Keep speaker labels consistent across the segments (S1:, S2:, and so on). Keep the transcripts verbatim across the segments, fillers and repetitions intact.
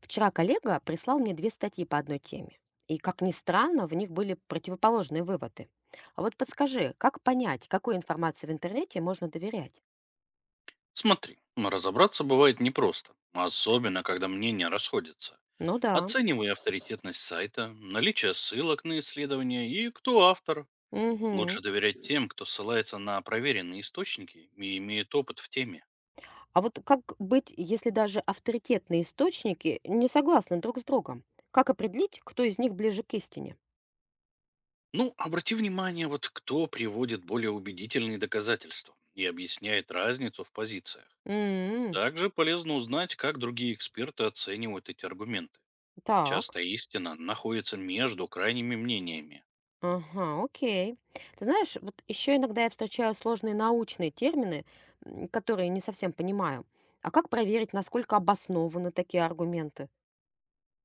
S1: Вчера коллега прислал мне две статьи по одной теме. И, как ни странно, в них были противоположные выводы. А вот подскажи, как понять, какой информации в интернете можно доверять?
S2: Смотри, но разобраться бывает непросто, особенно когда мнения расходятся.
S1: Ну да.
S2: Оценивай авторитетность сайта, наличие ссылок на исследования и кто автор. Лучше
S1: Мгм.
S2: доверять тем, кто ссылается на проверенные источники и имеет опыт в теме.
S1: А вот как быть, если даже авторитетные источники не согласны друг с другом? Как определить, кто из них ближе к истине?
S2: Ну, обрати внимание, вот кто приводит более убедительные доказательства и объясняет разницу в позициях.
S1: М,
S2: Также полезно узнать, как другие эксперты оценивают эти аргументы.
S1: Так.
S2: Часто истина находится между крайними мнениями.
S1: Ага, окей. Ты знаешь, вот еще иногда я встречаю сложные научные термины, м, которые не совсем понимаю. А как проверить, насколько обоснованы такие аргументы?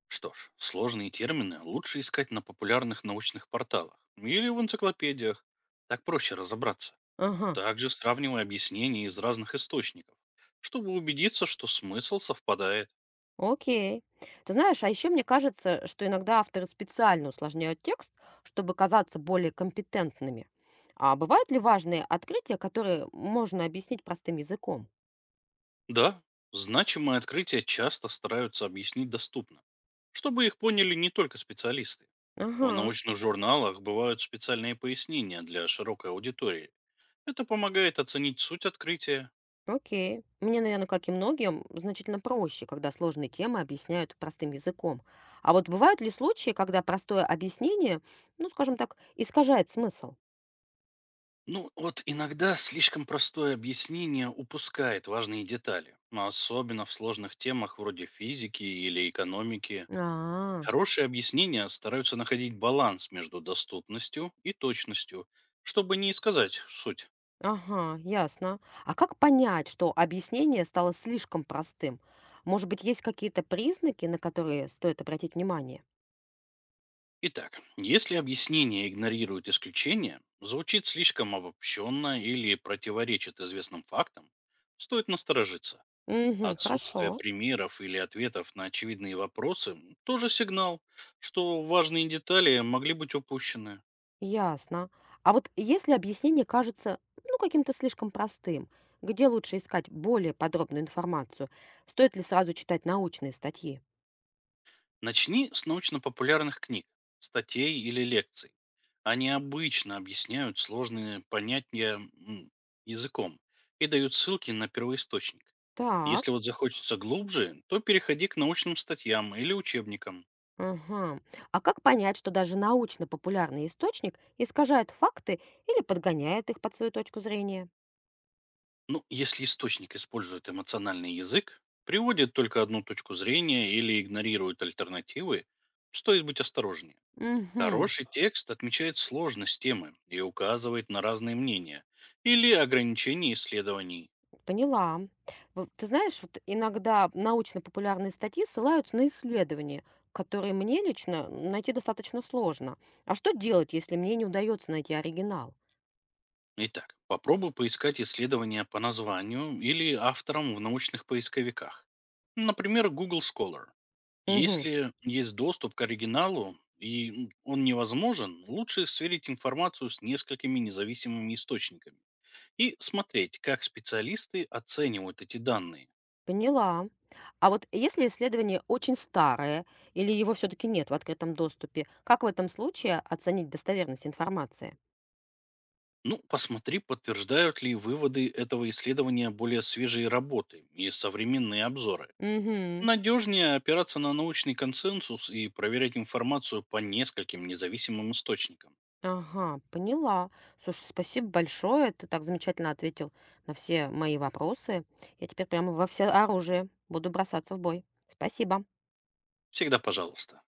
S2: Что ж, сложные термины лучше искать на популярных научных порталах или в энциклопедиях. Так проще разобраться.
S1: Ага,
S2: Также сравнивай объяснения из разных источников, чтобы убедиться, что смысл совпадает.
S1: окей. Ты знаешь, а еще мне кажется, что иногда авторы специально усложняют текст, чтобы казаться более компетентными. А бывают ли важные открытия, которые можно объяснить простым языком?
S2: Да, значимые открытия часто стараются объяснить доступно, чтобы их поняли не только специалисты. В
S1: Ага.
S2: научных журналах бывают специальные пояснения для широкой аудитории. Это помогает оценить суть открытия.
S1: Окей. Мне, наверное, как и многим, значительно проще, когда сложные темы объясняют простым языком. А вот бывают ли случаи, когда простое объяснение, ну, скажем так, искажает смысл?
S2: Ну, вот иногда слишком простое объяснение упускает важные детали, но особенно в сложных темах вроде физики или экономики.
S1: А,
S2: Хорошие объяснения стараются находить баланс между доступностью и точностью, чтобы не сказать суть.
S1: ага, ясно. А как понять, что объяснение стало слишком простым? Может быть, есть какие-то признаки, на которые стоит обратить внимание?
S2: Итак, если объяснение игнорирует исключения, звучит слишком обобщенно или противоречит известным фактам, стоит насторожиться.
S1: Угу,
S2: Отсутствие
S1: хорошо.
S2: примеров или ответов на очевидные вопросы – м, тоже сигнал, что важные детали могли быть упущены.
S1: Ясно. А вот если объяснение кажется, ну, каким-то слишком простым, где лучше искать более подробную информацию? Стоит ли сразу читать научные статьи?
S2: Начни с научно-популярных книг, статей или лекций. Они обычно объясняют сложные понятия м, языком и дают ссылки на первоисточник. Если
S1: Так.
S2: вот захочется глубже, то переходи к научным статьям или учебникам.
S1: Ага. А как понять, что даже научно-популярный источник искажает факты или подгоняет их под свою точку зрения?
S2: Ну, если источник использует эмоциональный язык, приводит только одну точку зрения или игнорирует альтернативы, стоит быть осторожнее.
S1: Угу.
S2: Хороший текст отмечает сложность темы и указывает на разные мнения или ограничения исследований.
S1: Поняла. В Ты знаешь, вот иногда научно-популярные статьи ссылаются на исследования, которые мне лично найти достаточно сложно. А что делать, если мне не удается найти оригинал?
S2: Итак, попробуй поискать исследования по названию или авторам в научных поисковиках. Например, Google Scholar.
S1: Мгм.
S2: Если есть доступ к оригиналу и м, он невозможен, лучше сверить информацию с несколькими независимыми источниками и смотреть, как специалисты оценивают эти данные.
S1: Поняла. А вот если исследование очень старое или его все-таки нет в открытом доступе, как в этом случае оценить достоверность информации?
S2: Ну, посмотри, подтверждают ли выводы этого исследования более свежие работы и современные обзоры.
S1: Мгм.
S2: Надежнее опираться на научный консенсус и проверять информацию по нескольким независимым источникам.
S1: Ага, поняла. Слушай, спасибо большое. Ты так замечательно ответил на все мои вопросы. Я теперь прямо во все оружие буду бросаться в бой. Спасибо.
S2: Всегда пожалуйста.